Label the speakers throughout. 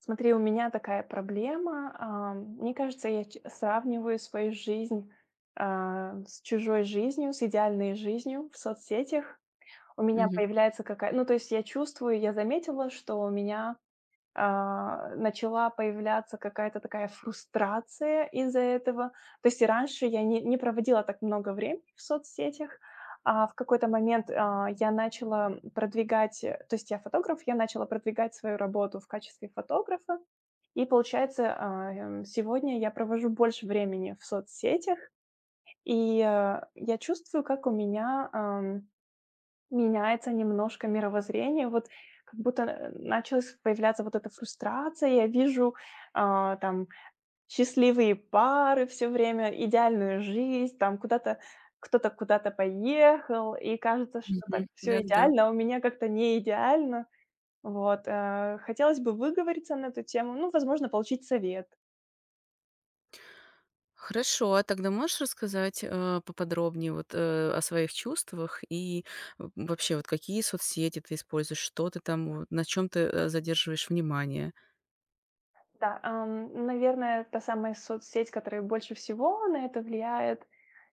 Speaker 1: Смотри, у меня такая проблема. Мне кажется, я сравниваю свою жизнь с чужой жизнью, с идеальной жизнью в соцсетях. У меня
Speaker 2: Мгм,
Speaker 1: появляется какая... Ну, то есть я чувствую, я заметила, что у меня начала появляться какая-то такая фрустрация из-за этого. То есть и раньше я не проводила так много времени в соцсетях, а в какой-то момент я начала продвигать, то есть я фотограф, я начала продвигать свою работу в качестве фотографа, и получается, сегодня я провожу больше времени в соцсетях, и, я чувствую, как у меня, меняется немножко мировоззрение. Вот как будто, началась появляться вот эта фрустрация. Я вижу, там счастливые пары все время, идеальную жизнь, там куда-то кто-то куда-то поехал, и кажется, что так
Speaker 2: мгм.
Speaker 1: все
Speaker 2: Да-да-да.
Speaker 1: идеально, а у меня как-то не идеально. Вот, хотелось бы выговориться на эту тему, ну, возможно, получить совет.
Speaker 2: Хорошо, а тогда можешь рассказать, поподробнее вот, о своих чувствах и в вообще вот какие соцсети ты используешь, что ты там, вот на чем ты, задерживаешь внимание?
Speaker 1: Да, наверное, та самая соцсеть, которая больше всего на это влияет,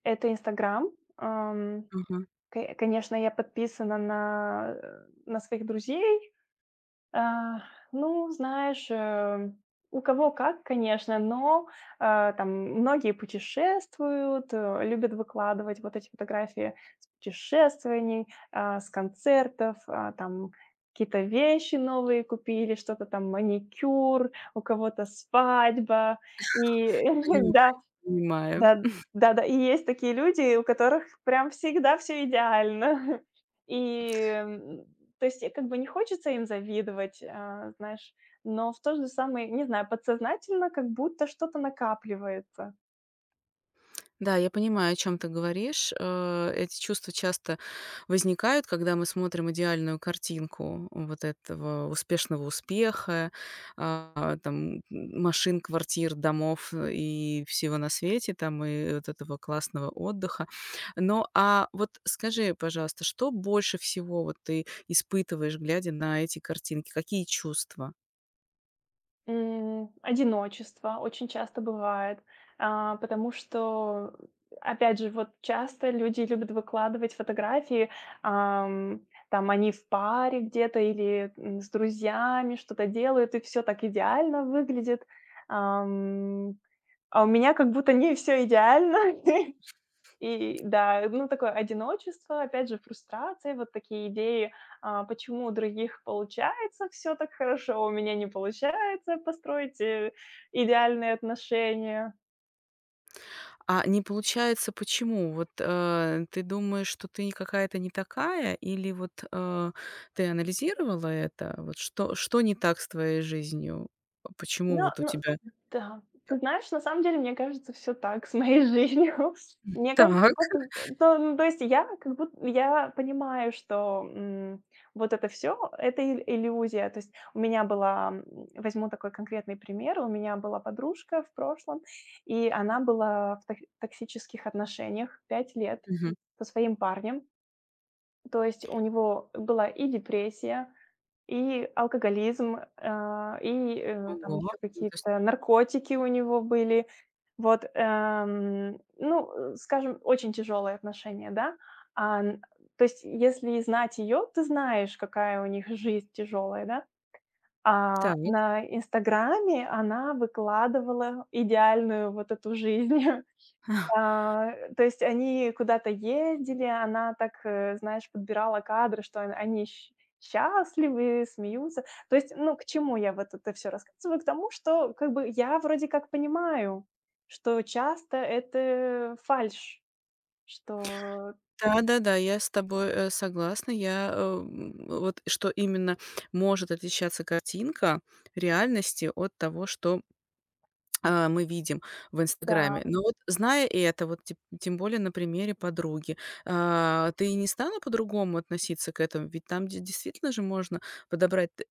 Speaker 1: это Инстаграм. Ам,
Speaker 2: Ага,
Speaker 1: кэ конечно, я подписана на своих друзей, а, ну, знаешь, у кого как, конечно, но, там многие путешествуют, любят выкладывать вот эти фотографии с путешествований, с концертов, там какие-то вещи новые купили, что-то там маникюр, у кого-то свадьба. И да,
Speaker 2: понимаю, понимаю.
Speaker 1: да, да-да, и есть такие люди, у которых прям всегда все идеально. И, то есть, как бы не хочется им завидовать, знаешь, но в то же самое, не знаю, подсознательно как будто что-то накапливается.
Speaker 2: Да, я понимаю, о чем ты говоришь. Эти чувства часто возникают, когда мы смотрим идеальную картинку вот этого успешного успеха, а, там, м, машин, квартир, домов и всего на свете, там, и вот этого классного отдыха. Но вот скажи, пожалуйста, что больше всего вот ты испытываешь, глядя на эти картинки? Какие чувства?
Speaker 1: Одиночество очень часто бывает, потому что, опять же, вот часто люди любят выкладывать фотографии, ам, там они в паре где-то или, с друзьями что-то делают, и все так идеально выглядит. Ам, а у меня как будто не все идеально. И да, ну, такое одиночество, опять же, фрустрации, вот такие идеи, почему у других получается все так хорошо, а у меня не получается построить, идеальные отношения.
Speaker 2: А не получается почему? Вот, ты думаешь, что ты какая-то не такая, или вот, ты анализировала это? Вот что не так с твоей жизнью? Почему
Speaker 1: Ну
Speaker 2: вот у
Speaker 1: ну
Speaker 2: тебя.
Speaker 1: да. Ты знаешь, на самом деле, мне кажется, все так с моей жизнью. Мне кажется,
Speaker 2: Так.
Speaker 1: просто, то ну, то есть я как будто я понимаю, что, вот это все– это ил иллюзия. То есть у меня была, возьму такой конкретный пример. У меня была подружка в прошлом, и она была в тох токсических отношениях 5 лет
Speaker 2: Мгм.
Speaker 1: со своим парнем. То есть у него была и депрессия, и алкоголизм, и, там
Speaker 2: Ого,
Speaker 1: еще
Speaker 2: ну, то есть
Speaker 1: какие-то наркотики у него были. Вот, ну, скажем, очень тяжелые отношения, да. А, н то есть если знать ее, ты знаешь, какая у них жизнь тяжелая, да. А
Speaker 2: так.
Speaker 1: на "Инстаграме" она выкладывала идеальную вот эту жизнь. Да, то есть они куда-то ездили, она так, знаешь, подбирала кадры, что он они щ счастливы, смеются. То есть, ну, к чему я вот это все рассказываю? К тому, что как бы я вроде как понимаю, что часто это фальшь, что
Speaker 2: Да-да-да, я с тобой, согласна. Вот что именно может отличаться картинка реальности от того, что мы видим в
Speaker 1: да,
Speaker 2: "Инстаграме". Но вот зная это, вот тем более на примере подруги, ты не стала по-другому относиться к этому? Ведь там де действительно же можно подобрать т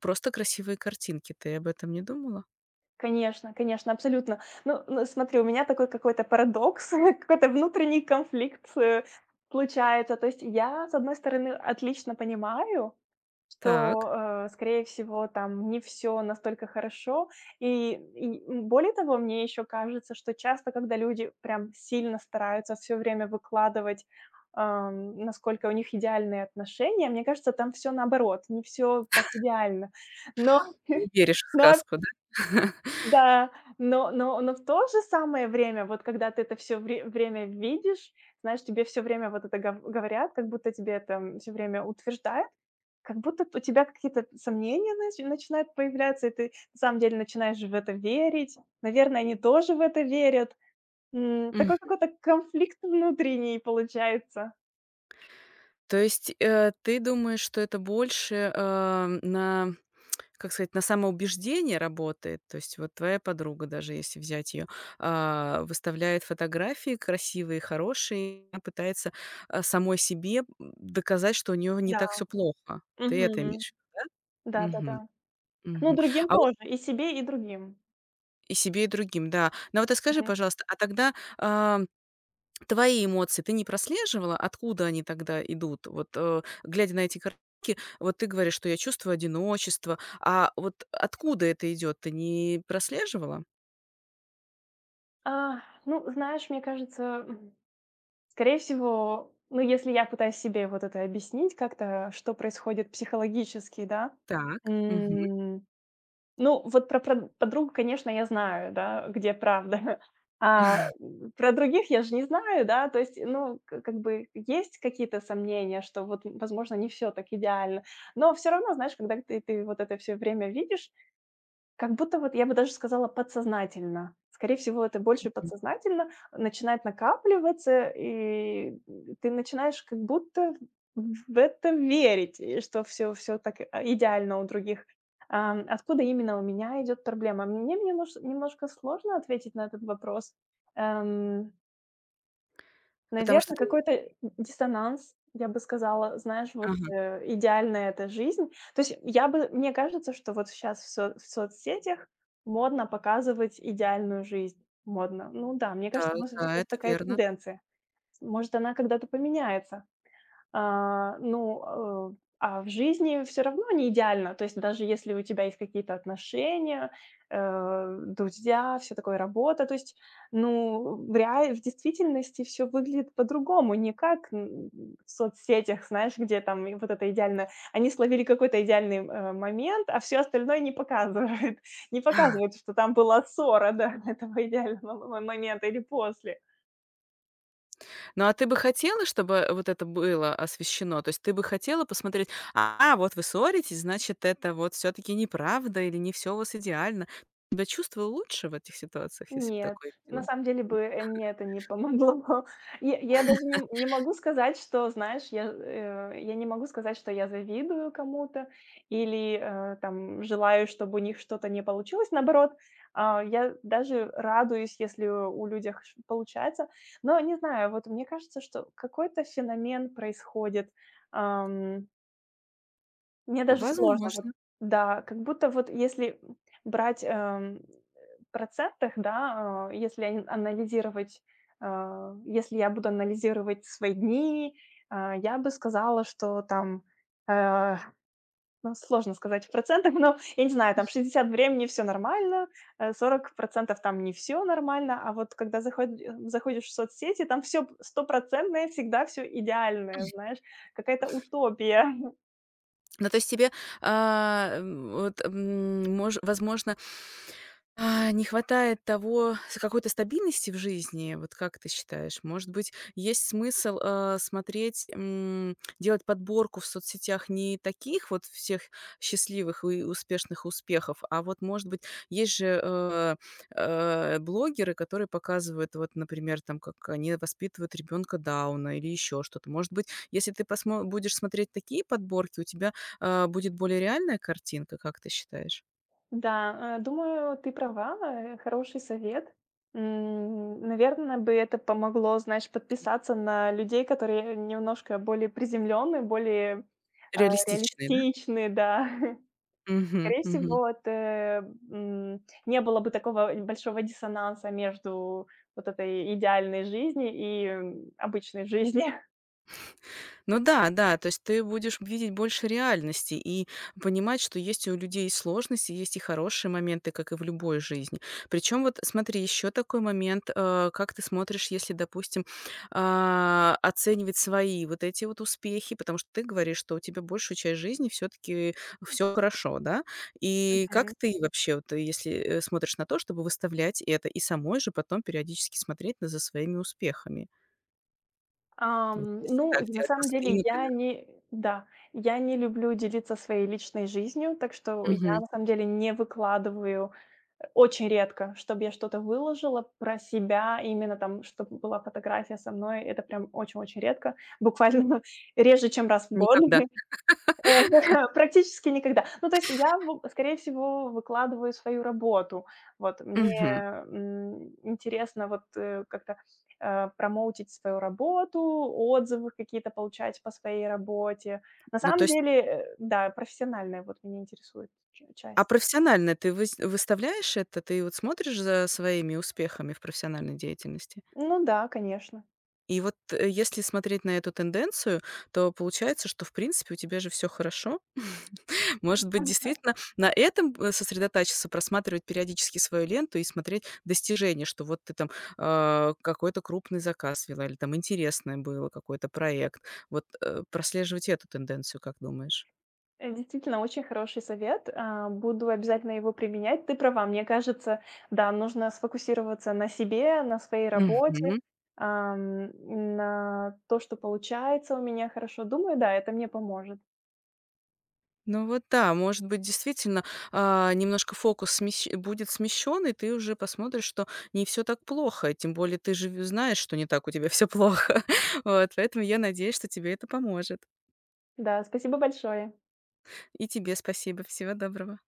Speaker 2: просто красивые картинки. Ты об этом не думала?
Speaker 1: конечно, конечно, абсолютно. Ну, смотри, у меня такой какой-то парадокс, какой-то внутренний конфликт, получается. То есть я, с одной стороны, отлично понимаю, что,
Speaker 2: Так.
Speaker 1: скорее всего, там не все настолько хорошо. И более того, мне еще кажется, что часто, когда люди прям сильно стараются все время выкладывать, насколько у них идеальные отношения, мне кажется, там все наоборот, не все так идеально. Но
Speaker 2: Не веришь в
Speaker 1: но
Speaker 2: сказку,
Speaker 1: да, но в то же самое время, вот когда ты это все время видишь, знаешь, тебе все время вот это говорят, как будто тебе это, все время утверждают, как будто у тебя какие-то сомнения начинают появляться, и ты на самом деле начинаешь в это верить. Наверное, они тоже в это верят. Такой
Speaker 2: да?
Speaker 1: какой-то конфликт внутренний получается.
Speaker 2: То есть, ты думаешь, что это больше, на, как сказать, на самоубеждение работает? То есть вот твоя подруга, даже если взять ее, выставляет фотографии красивые, хорошие, и она пытается, самой себе, доказать, что у нее не
Speaker 1: Да.
Speaker 2: так все плохо. Ты это
Speaker 1: Мгм.
Speaker 2: имеешь. Мгм,
Speaker 1: Да-да-да. Ну,
Speaker 2: мгм.
Speaker 1: другим
Speaker 2: А вот
Speaker 1: тоже, и себе, и другим.
Speaker 2: и себе, и другим, да. Но вот, расскажи,
Speaker 1: Мгм.
Speaker 2: пожалуйста, а тогда, а. Твои эмоции ты не прослеживала, откуда они тогда идут? Вот, глядя на эти картинки, вот ты говоришь, что я чувствую одиночество, а вот откуда это идет, ты не прослеживала?
Speaker 1: Ну, знаешь, мне кажется, скорее всего, ну, если я пытаюсь себе вот это объяснить как-то, что происходит психологически, да.
Speaker 2: Так. Мгм.
Speaker 1: М, ну, вот про подругу, конечно, я знаю, да, где правда. А, про других я же не знаю, да, то есть, ну, к как бы есть какие-то сомнения, что вот, возможно, не все так идеально. Но все равно, знаешь, когда ты вот это все время видишь как будто вот я бы даже сказала подсознательно. Скорее всего, это больше
Speaker 2: М.
Speaker 1: подсознательно начинает накапливаться, и ты начинаешь как будто в это верить, и что все так, идеально у других. Откуда именно у меня идет проблема? Мне немножко сложно ответить на этот вопрос. Эм
Speaker 2: Потому что
Speaker 1: наверное
Speaker 2: ты.
Speaker 1: какой-то д диссонанс, я бы сказала. Знаешь, вот,
Speaker 2: Ага.
Speaker 1: идеальная эта жизнь. То есть я бы мне кажется, что вот сейчас в соцсетях модно показывать идеальную жизнь. Модно. Ну да, мне
Speaker 2: Да,
Speaker 1: кажется, у
Speaker 2: да,
Speaker 1: сейчас
Speaker 2: это
Speaker 1: такая
Speaker 2: верно.
Speaker 1: тенденция. Может, она когда-то поменяется. Ну, а в жизни все равно не идеально. То есть даже если у тебя есть какие-то отношения, друзья, все такое, работа, то есть, ну, в действительности всё выглядит по-другому, не как, в соцсетях, знаешь, где там и вот это идеально они словили какой-то идеальный, момент, а все остальное не показывают. Не показывают, что там была ссора до этого идеального мо момента или после.
Speaker 2: Ну, а ты бы хотела, чтобы вот это было освещено? То есть ты бы хотела посмотреть: "А, вот вы ссоритесь, значит, это вот все таки неправда или не все у вас идеально". Ты себя чувствовала лучше в этих ситуациях, если бы
Speaker 1: Нет,
Speaker 2: такое
Speaker 1: на
Speaker 2: видела?
Speaker 1: самом деле бы, мне это не помогло. Я даже не могу сказать, что, знаешь, я не могу сказать, что я завидую кому-то или, там желаю, чтобы у них что-то не получилось. Наоборот, я даже радуюсь, если у людях ш получается. Но не знаю, вот мне кажется, что какой-то феномен происходит. Мне даже сложно. Вот,
Speaker 2: Возможно.
Speaker 1: да, как будто вот если, брать, в процентах, да, если ань анализировать, если я буду анализировать свои дни, я бы сказала, что там, э, ну, сложно сказать в процентах, но, я не знаю, там 60 времени все нормально, 40% там не все нормально, а вот когда заходишь в соцсети, там все стопроцентное, всегда все идеальное, знаешь, какая-то утопия.
Speaker 2: Ну, то есть тебе, а, м, вот, м, мож возможно, не хватает того с какой-то стабильности в жизни, вот как ты считаешь? Может быть, есть смысл, смотреть, делать подборку в соцсетях не таких вот всех счастливых и успешных успехов, а вот, может быть, есть же, блогеры, которые показывают, вот, например, там, как они воспитывают ребенка Дауна или еще что-то. Может быть, если ты посмо будешь смотреть такие подборки, у тебя, будет более реальная картинка, как ты считаешь?
Speaker 1: Да, думаю, ты права, хороший совет. Наверное, бы это помогло, знаешь, подписаться на людей, которые немножко более приземленные, более
Speaker 2: Реалистичная, да?
Speaker 1: реалистичные, да.
Speaker 2: Мгм,
Speaker 1: Скорее
Speaker 2: мгм.
Speaker 1: всего, это, не было бы такого большого диссонанса между вот этой идеальной жизни и обычной жизнью.
Speaker 2: Ну да, да, то есть ты будешь видеть больше реальности и понимать, что есть у людей сложности, есть и хорошие моменты, как и в любой жизни. Причем вот смотри, еще такой момент, как ты смотришь, если, допустим, оценивать свои вот эти вот успехи, потому что ты говоришь, что у тебя большую часть жизни все-таки все хорошо, да? И как ты вообще, вот, если смотришь на то, чтобы выставлять это и самой же потом периодически смотреть на- за своими успехами? Вот если
Speaker 1: Ну,
Speaker 2: так
Speaker 1: на
Speaker 2: делать
Speaker 1: самом
Speaker 2: посты,
Speaker 1: деле я
Speaker 2: например.
Speaker 1: не да, я не люблю делиться своей личной жизнью, так что я
Speaker 2: Мгм.
Speaker 1: на самом деле не выкладываю очень редко, чтобы я что-то выложила про себя, именно там, чтобы была фотография со мной, это прям очень-очень редко, буквально реже, чем раз в год.
Speaker 2: Никогда.
Speaker 1: Э, практически никогда. Ну, то есть я, в скорее всего, выкладываю свою работу. Вот мне,
Speaker 2: Мгм.
Speaker 1: интересно вот, как-то, промоутить свою работу, отзывы какие-то получать по своей работе. На
Speaker 2: Ну, то
Speaker 1: самом
Speaker 2: есть,
Speaker 1: деле, да, профессиональная вот меня интересует ч
Speaker 2: а
Speaker 1: часть.
Speaker 2: профессионально ты выставляешь это? Ты вот смотришь за своими успехами в профессиональной деятельности?
Speaker 1: Ну да, конечно.
Speaker 2: И вот, если смотреть на эту тенденцию, то получается, что в принципе у тебя же все хорошо. Может быть, действительно на этом, сосредотачиваться, просматривать периодически свою ленту и смотреть достижения, что вот ты там, какой-то крупный заказ вела или там интересное было, какой-то проект. Вот, прослеживать эту тенденцию, как думаешь?
Speaker 1: Действительно, очень хороший совет. А, Буду обязательно его применять. Ты права, мне кажется, да, нужно сфокусироваться на себе, на своей работе,
Speaker 2: Мгм.
Speaker 1: ам, на то, что получается у меня хорошо. Думаю, да, это мне поможет.
Speaker 2: Ну вот да, может быть, действительно, немножко фокус смещ будет смещен, и ты уже посмотришь, что не всё так плохо. Тем более ты же в знаешь, что не так у тебя всё плохо. Вот, поэтому я надеюсь, что тебе это поможет.
Speaker 1: Да, спасибо большое.
Speaker 2: И тебе спасибо. Всего доброго.